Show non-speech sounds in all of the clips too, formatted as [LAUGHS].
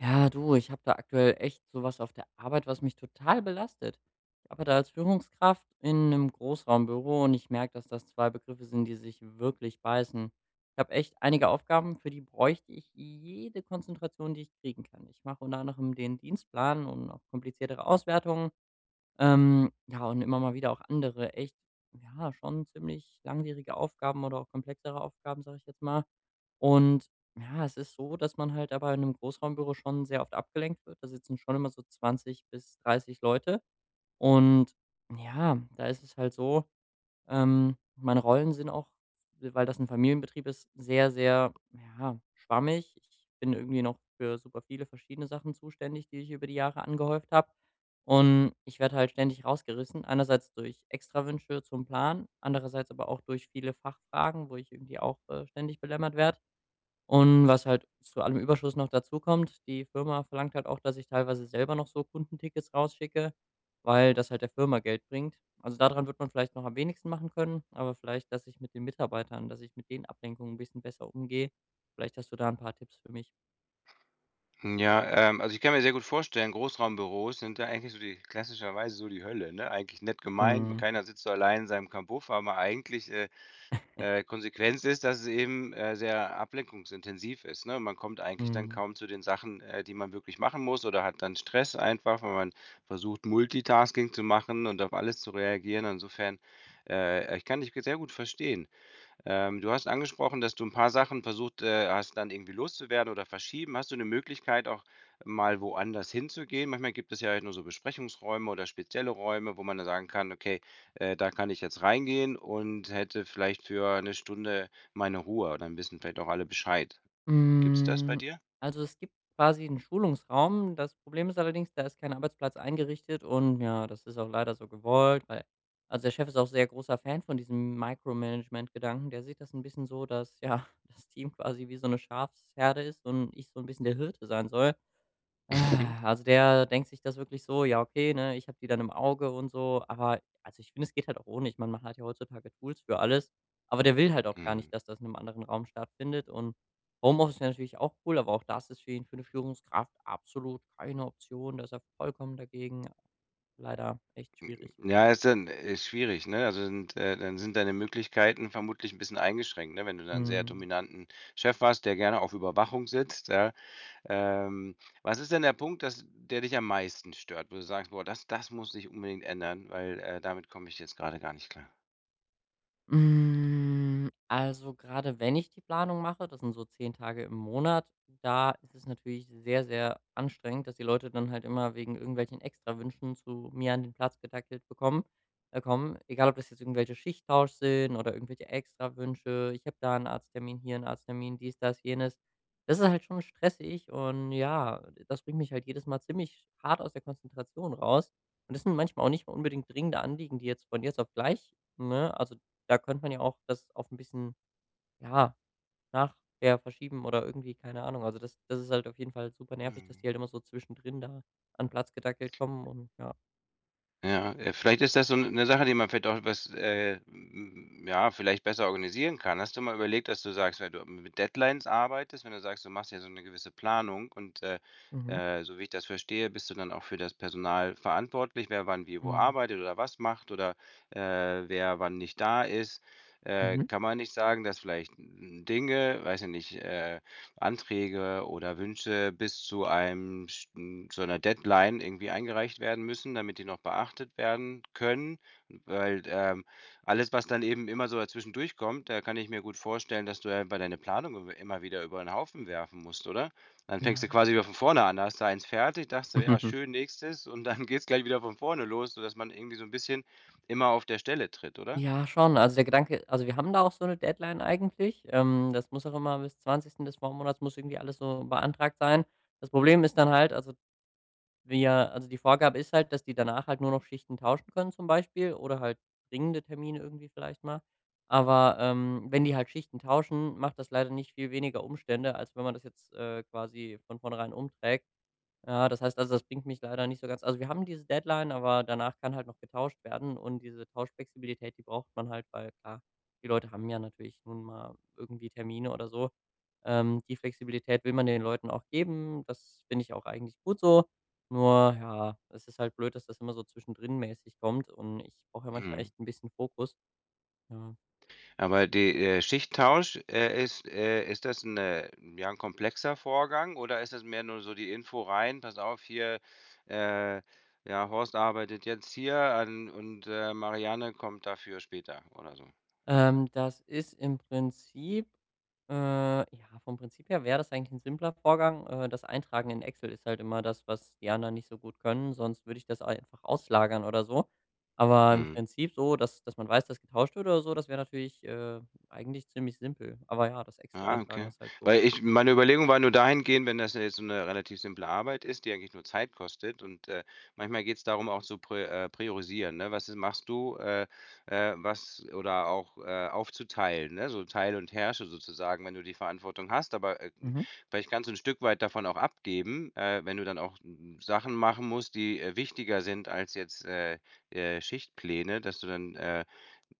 Ja, du, ich habe da aktuell echt sowas auf der Arbeit, was mich total belastet. Ich arbeite als Führungskraft in einem Großraumbüro und ich merke, dass das 2 Begriffe sind, die sich wirklich beißen. Ich habe echt einige Aufgaben, für die bräuchte ich jede Konzentration, die ich kriegen kann. Ich mache unter anderem den Dienstplan und auch kompliziertere Auswertungen, ja, und immer mal wieder auch andere echt, ja, schon ziemlich langwierige Aufgaben oder auch komplexere Aufgaben, sage ich jetzt mal. Und ja, es ist so, dass man halt aber in einem Großraumbüro schon sehr oft abgelenkt wird. Da sitzen schon immer so 20 bis 30 Leute. Und ja, da ist es halt so, meine Rollen sind auch, weil das ein Familienbetrieb ist, sehr, sehr, ja, schwammig. Ich bin irgendwie noch für super viele verschiedene Sachen zuständig, die ich über die Jahre angehäuft habe. Und ich werde halt ständig rausgerissen, einerseits durch Extrawünsche zum Plan, andererseits aber auch durch viele Fachfragen, wo ich irgendwie auch, ständig belämmert werde. Und was halt zu allem Überschuss noch dazu kommt, die Firma verlangt halt auch, dass ich teilweise selber noch so Kundentickets rausschicke, weil das halt der Firma Geld bringt. Also daran wird man vielleicht noch am wenigsten machen können, aber vielleicht, dass ich mit den Mitarbeitern, dass ich mit den Ablenkungen ein bisschen besser umgehe. Vielleicht hast du da ein paar Tipps für mich. Hm, ja, also ich kann mir sehr gut vorstellen, Großraumbüros sind da eigentlich so die klassischerweise so die Hölle, ne? Eigentlich nett gemeint, Mhm. keiner sitzt so allein in seinem Kabuff, aber eigentlich Konsequenz ist, dass es eben sehr ablenkungsintensiv ist, ne? Man kommt eigentlich dann Mhm. kaum zu den Sachen, die man wirklich machen muss oder hat dann Stress einfach, weil man versucht, Multitasking zu machen und auf alles zu reagieren. Insofern, ich kann dich sehr gut verstehen. Du hast angesprochen, dass du ein paar Sachen versucht, hast dann irgendwie loszuwerden oder verschieben. Hast du eine Möglichkeit, auch mal woanders hinzugehen? Manchmal gibt es ja halt nur so Besprechungsräume oder spezielle Räume, wo man dann sagen kann: „Okay, da kann ich jetzt reingehen und hätte vielleicht für eine Stunde meine Ruhe.“ Dann wissen vielleicht auch alle Bescheid. Gibt's das bei Hm, dir? [LAUGHS] also, es gibt quasi einen Schulungsraum. Das Problem ist allerdings, da ist kein Arbeitsplatz eingerichtet und ja, das ist auch leider so gewollt, weil also, der Chef ist auch sehr großer Fan von diesem Micromanagement-Gedanken. Der sieht das ein bisschen so, dass, ja, [LAUGHS] das Team quasi wie so eine Schafsherde ist und ich so ein bisschen der Hirte sein soll. Mhm. Ah, also, der denkt sich das wirklich so: „Ja, okay, ne, ich habe die dann im Auge und so.“ Aber also, ich finde, es geht halt auch ohne. Ich meine, man hat ja heutzutage Tools für alles, aber der will halt auch gar Mhm. nicht, dass das in einem anderen Raum stattfindet. Und Homeoffice wäre natürlich auch cool, aber auch das ist für ihn für eine Führungskraft absolut keine Option. Da ist er vollkommen dagegen. Leider echt schwierig. Ja, ist dann ist schwierig, ne? Also, sind deine Möglichkeiten vermutlich ein bisschen eingeschränkt, ne? Wenn du dann 'n sehr Mhm. dominanten Chef hast, der gerne auf Überwachung sitzt, ja. Ähm, Was ist denn der Punkt, dass der dich am meisten stört, wo du sagst: „Boah, das muss sich unbedingt ändern, weil, damit komme ich jetzt gerade gar nicht klar?“ Hm, also gerade wenn ich die Planung mache, das sind so 10 Tage im Monat, da ist es natürlich sehr, sehr anstrengend, dass die Leute dann halt immer wegen irgendwelchen Extrawünschen zu mir an den Platz getackelt bekommen kommen. Egal, ob das jetzt irgendwelche Schichttausch sind oder irgendwelche Extrawünsche. Ich habe da einen Arzttermin, hier einen Arzttermin, dies, das, jenes. Das ist halt schon stressig und ja, das bringt mich halt jedes Mal ziemlich hart aus der Konzentration raus. Und das sind manchmal auch nicht mal unbedingt dringende Anliegen, die jetzt von jetzt auf gleich, ne also da könnte man ja auch das auf ein bisschen, ja, nachher verschieben oder irgendwie, keine Ahnung. Also, das ist halt auf jeden Fall super nervig, dass Mhm. die halt immer so zwischendrin da an Platz gedackelt kommen und ja. Ja, vielleicht ist das so 'ne Sache, die man vielleicht auch was, m m ja, vielleicht besser organisieren kann. Hast du mal überlegt, dass du sagst, weil du mit Deadlines arbeitest, wenn du sagst, du machst ja so 'ne gewisse Planung und, Mhm. So wie ich das verstehe, bist du dann auch für das Personal verantwortlich, wer wann wie wo Mhm. arbeitet oder was macht oder, äh, wer wann nicht da ist. Mhm. Kann man nicht sagen, dass vielleicht Dinge, weiß ich nicht, Anträge oder Wünsche bis zu einem sch hm, zu 'ner Deadline irgendwie eingereicht werden müssen, damit die noch beachtet werden können, weil, alles, was dann eben immer so dazwischen durchkommt, da kann ich mir gut vorstellen, dass du ja bei deiner Planung im immer wieder über den Haufen werfen musst, oder? Dann fängst Ja. du quasi wieder von vorne an. Da hast du eins fertig, dachtest du: „Ja, [LAUGHS] schön, nächstes“ und dann [LAUGHS] geht's gleich wieder von vorne los, sodass man irgendwie so ein bisschen immer auf der Stelle tritt, oder? Ja, schon. Also, der Gedanke also, wir haben da auch so eine Deadline eigentlich. Das muss auch immer bis 20. des Vormonats muss irgendwie alles so beantragt sein. Das Problem ist dann halt also wir also die Vorgabe ist halt, dass die danach halt nur noch Schichten tauschen können zum Beispiel oder halt dringende Termine irgendwie vielleicht mal. Aber, wenn die halt Schichten tauschen, macht das leider nicht viel weniger Umstände, als wenn man das jetzt, quasi von vornherein umträgt. Ja, das heißt also, das bringt mich leider nicht so ganz also, wir haben diese Deadline, aber danach kann halt noch getauscht werden und diese Tauschflexibilität, die braucht man halt, weil klar, die Leute haben ja natürlich nun mal irgendwie Termine oder so. Die Flexibilität will man den Leuten auch geben. Das finde ich auch eigentlich gut so. Nur ja, es ist halt blöd, dass das immer so zwischendrin mäßig kommt und ich brauche ja manchmal Mhm. echt ein bisschen Fokus. Ja. Aber die, Schichttausch, ist das 'n, ja, 'n komplexer Vorgang oder ist das mehr nur so die Info rein: „Pass auf, hier, äh, ja, Horst arbeitet jetzt hier an und, Marianne kommt dafür später“ oder so? Das ist im Prinzip ja, vom Prinzip her wäre das eigentlich ein simpler Vorgang. Das Eintragen in Excel ist halt immer das, was die anderen nicht so gut können, sonst würde ich das einfach auslagern oder so. Aber im Mhm. Prinzip so, dass man weiß, dass getauscht wird oder so, das wäre natürlich, eigentlich ziemlich simpel. Aber ja, das Ah, Excel-Eintragen okay. ist halt so. Weil ich meine Überlegung war nur dahingehend, wenn das ja jetzt so eine relativ simple Arbeit ist, die eigentlich nur Zeit kostet und, manchmal geht es darum, auch zu prä priorisieren, ne? Was ist, machst du, was oder auch, aufzuteilen, ne? So teile und herrsche sozusagen, wenn du die Verantwortung hast, aber, Mhm. vielleicht kannst du 'n Stück weit davon auch abgeben, wenn du dann auch, Sachen machen musst, die, wichtiger sind als jetzt, Schichtpläne, dass du dann,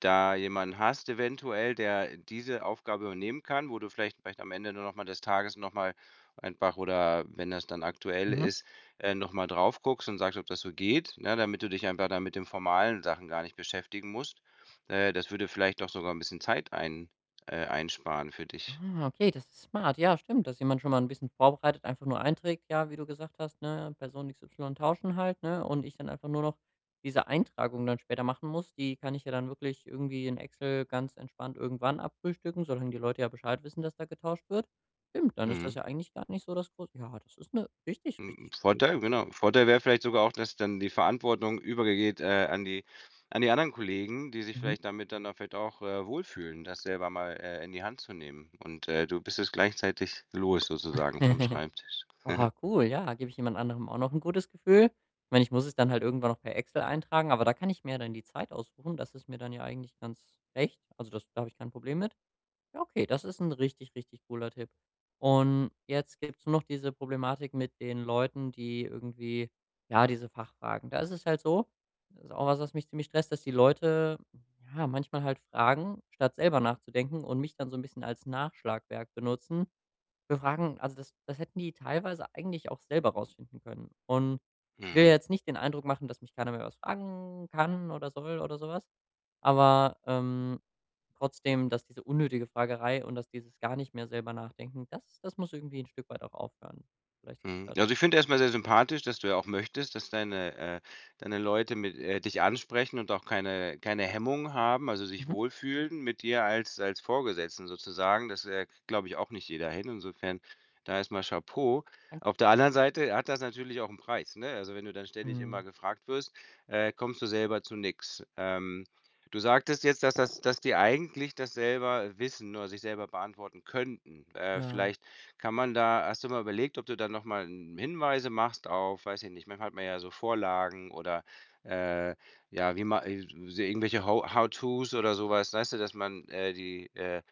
da jemanden hast eventuell, der diese Aufgabe übernehmen kann, wo du vielleicht am Ende nur noch mal des Tages noch mal einfach oder wenn das dann aktuell Mhm. ist, noch mal drauf guckst und sagst, ob das so geht, ne, damit du dich einfach dann mit den formalen Sachen gar nicht beschäftigen musst. Das würde vielleicht doch sogar ein bisschen Zeit einsparen für dich. Ah, okay, das ist smart. Ja, stimmt, dass jemand schon mal ein bisschen vorbereitet einfach nur einträgt, ja, wie du gesagt hast, ne, Person XY tauschen halt, ne, und ich dann einfach nur noch diese Eintragung dann später machen muss. Die kann ich ja dann wirklich irgendwie in Excel ganz entspannt irgendwann abfrühstücken, solange die Leute ja Bescheid wissen, dass da getauscht wird. Stimmt, dann ist das Mhm. ja eigentlich gar nicht so das große. Ja, das ist eine richtig, Hm, richtig gute Idee. Vorteil, genau. Vorteil wäre vielleicht sogar auch, dass dann die Verantwortung übergeht, an die anderen Kollegen, die sich Mhm. vielleicht damit dann da vielleicht auch, wohlfühlen, das selber mal, in die Hand zu nehmen. Und, du bist es gleichzeitig los sozusagen vom [LAUGHS] Schreibtisch. Aha, [LAUGHS] cool, ja, gebe ich jemand anderem auch noch ein gutes Gefühl. Ich meine, ich muss es dann halt irgendwann noch per Excel eintragen, aber da kann ich mir ja dann die Zeit aussuchen. Das ist mir dann ja eigentlich ganz recht. Also, das da habe ich kein Problem mit. Ja, okay, das ist ein richtig, richtig cooler Tipp. Und jetzt gibt's nur noch diese Problematik mit den Leuten, die irgendwie ja, diese Fachfragen. Da ist es halt so das ist auch was, was mich ziemlich stresst, dass die Leute, ja, manchmal halt fragen, statt selber nachzudenken und mich dann so ein bisschen als Nachschlagwerk benutzen für fragen, also, das hätten die teilweise eigentlich auch selber rausfinden können. Und ich will ja Mhm. jetzt nicht den Eindruck machen, dass mich keiner mehr was fragen kann oder soll oder sowas. Aber, trotzdem, dass diese unnötige Fragerei und dass dieses gar nicht mehr selber nachdenken, das muss irgendwie ein Stück weit auch aufhören. Vielleicht hast du Mhm. da Also, ich finde erst mal sehr sympathisch, dass du ja auch möchtest, dass deine deine Leute mit dich ansprechen und auch keine Hemmung haben, also, sich mhm, wohlfühlen mit dir als als Vorgesetzten sozusagen. Das, glaube ich, auch nicht jeder hin. Insofern da erst mal Chapeau. danke. Auf der anderen Seite hat das natürlich auch einen Preis, ne? Also, wenn du dann ständig Mhm, immer gefragt wirst, kommst du selber zu nichts. Du sagtest jetzt, dass das dass die eigentlich das selber wissen oder sich selber beantworten könnten. Ja. Vielleicht kann man da hast du mal überlegt, ob du dann noch mal Hinweise machst auf weiß ich nicht, manchmal hat man ja so Vorlagen oder, äh, ja, wie ma so irgendwelche How-Tos oder so was, weißt du, dass man, die,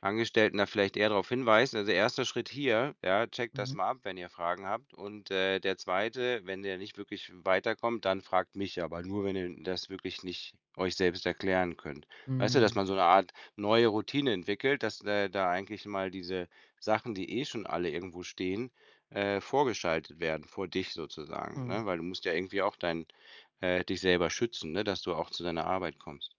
Angestellten da vielleicht eher darauf hinweisen. Also, erster Schritt hier, ja, checkt Mhm. das mal ab, wenn ihr Fragen habt. Und, der zweite, wenn ihr nicht wirklich weiterkommt, dann fragt mich, ja, aber nur, wenn ihr das wirklich nicht euch selbst erklären könnt. Weißt du, dass Mhm. man so eine Art neue Routine entwickelt, dass, da eigentlich mal diese Sachen, die eh schon alle irgendwo stehen, vorgeschaltet werden, vor dich sozusagen, Mhm. ne? Weil du musst ja irgendwie auch dein dich selber schützen, ne, dass du auch zu deiner Arbeit kommst.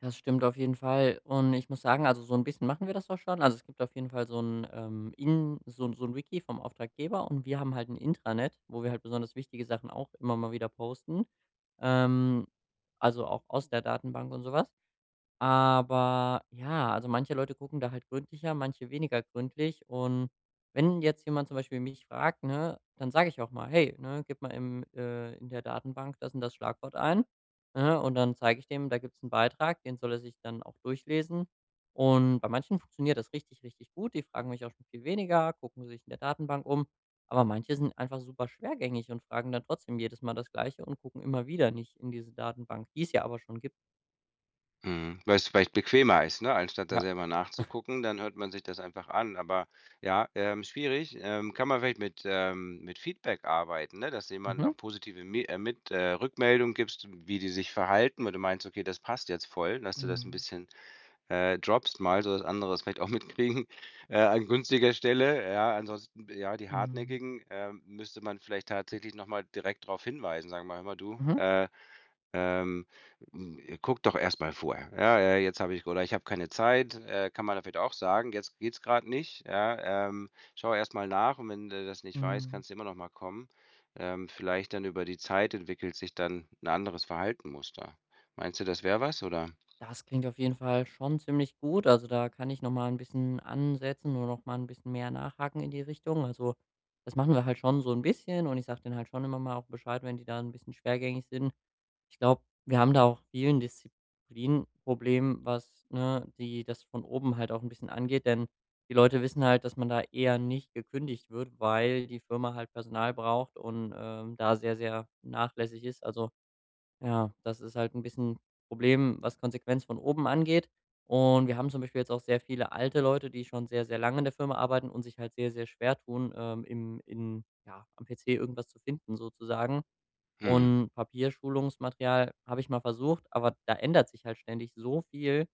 Das stimmt auf jeden Fall. Und ich muss sagen, also so ein bisschen machen wir das auch schon. Also, es gibt auf jeden Fall so ein in so ein Wiki vom Auftraggeber und wir haben halt ein Intranet, wo wir halt besonders wichtige Sachen auch immer mal wieder posten, ähm, also auch aus der Datenbank und sowas. Aber ja, also manche Leute gucken da halt gründlicher, manche weniger gründlich. Und wenn jetzt jemand zum Beispiel mich fragt, ne, dann sage ich auch mal, hey, ne, gib mal im, in der Datenbank das und das Schlagwort ein. Ne, und dann zeige ich dem, da gibt es einen Beitrag, den soll er sich dann auch durchlesen. Und bei manchen funktioniert das richtig, richtig gut. Die fragen mich auch schon viel weniger, gucken sich in der Datenbank um. Aber manche sind einfach super schwergängig und fragen dann trotzdem jedes Mal das Gleiche und gucken immer wieder nicht in diese Datenbank, die es ja aber schon gibt. Mhm, weil es vielleicht bequemer ist, ne? Anstatt da Ja. selber nachzugucken, dann hört man sich das einfach an. Aber ja, schwierig. Kann man vielleicht mit Feedback arbeiten, ne? Dass jemand Mhm. auch positive Mi mit Rückmeldung gibst, wie die sich verhalten, weil du meinst: „Okay, das passt jetzt voll“, dass du das ein Mhm. bisschen, droppst mal, sodass andere es vielleicht auch mitkriegen, [LAUGHS] an günstiger Stelle. Ja, ansonsten, ja, die Mhm. Hartnäckigen, müsste man vielleicht tatsächlich noch mal direkt darauf hinweisen. Sagen: wir „Mal, hör mal du, Mhm. Ähm, guckt doch erstmal mal vorher. Ja, jetzt habe ich oder ich habe keine Zeit, kann man da vielleicht auch sagen. Jetzt geht's gerade nicht, ja, schau erstmal nach und wenn du das nicht weißt, Mhm. kannst du immer noch mal kommen. Vielleicht dann über die Zeit entwickelt sich dann ein anderes Verhaltensmuster. Meinst du, das wäre was, oder? Das klingt auf jeden Fall schon ziemlich gut. Also, da kann ich noch mal 'n bisschen ansetzen und noch mal 'n bisschen mehr nachhaken in die Richtung. Also, das machen wir halt schon so ein bisschen und ich sage denen halt schon immer mal auch Bescheid, wenn die da ein bisschen schwergängig sind. Ich glaube, wir haben da auch vielen Disziplinproblem, was, ne, die das von oben halt auch ein bisschen angeht, denn die Leute wissen halt, dass man da eher nicht gekündigt wird, weil die Firma halt Personal braucht und, da sehr, sehr nachlässig ist. Also ja, das ist halt ein bisschen ein Problem, was Konsequenz von oben angeht. Und wir haben zum Beispiel jetzt auch sehr viele alte Leute, die schon sehr, sehr lange in der Firma arbeiten und sich halt sehr, sehr schwer tun, im in ja, am PC irgendwas zu finden sozusagen. Mhm. Und Papierschulungsmaterial habe ich mal versucht, aber da ändert sich halt ständig so viel,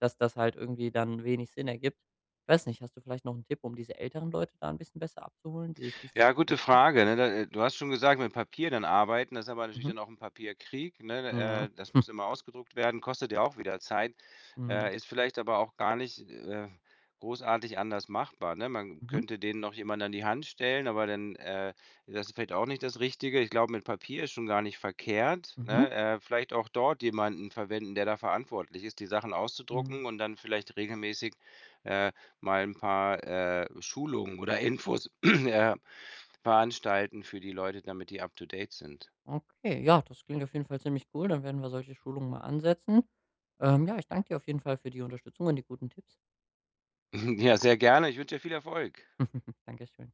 dass das halt irgendwie dann wenig Sinn ergibt. Ich weiß nicht, hast du vielleicht noch einen Tipp, um diese älteren Leute da ein bisschen besser abzuholen, die sich nicht so Ja, gute zurechtfinden? Frage, ne? Da, du hast schon gesagt, mit Papier dann arbeiten, das ist aber natürlich Mhm. dann auch ein Papierkrieg, ne? Ja. Das muss immer ausgedruckt werden, kostet ja auch wieder Zeit, Mhm. Ist vielleicht aber auch gar nicht, großartig anders machbar, ne? Man Mhm. könnte denen noch jemand an die Hand stellen, aber dann, das ist vielleicht auch nicht das Richtige. Ich glaube, mit Papier ist schon gar nicht verkehrt, Mhm. ne? Vielleicht auch dort jemanden verwenden, der da verantwortlich ist, die Sachen Mhm. auszudrucken und dann vielleicht regelmäßig, äh mal 'n paar, Schulungen oder Infos, [CLEARS THROAT] veranstalten für die Leute, damit die up to date sind. Okay, ja, das klingt auf jeden Fall ziemlich cool. Dann werden wir solche Schulungen mal ansetzen. Ja, ich danke dir auf jeden Fall für die Unterstützung und die guten Tipps. [LAUGHS] Ja, sehr gerne. Ich wünsche dir viel Erfolg. [LAUGHS] Dankeschön.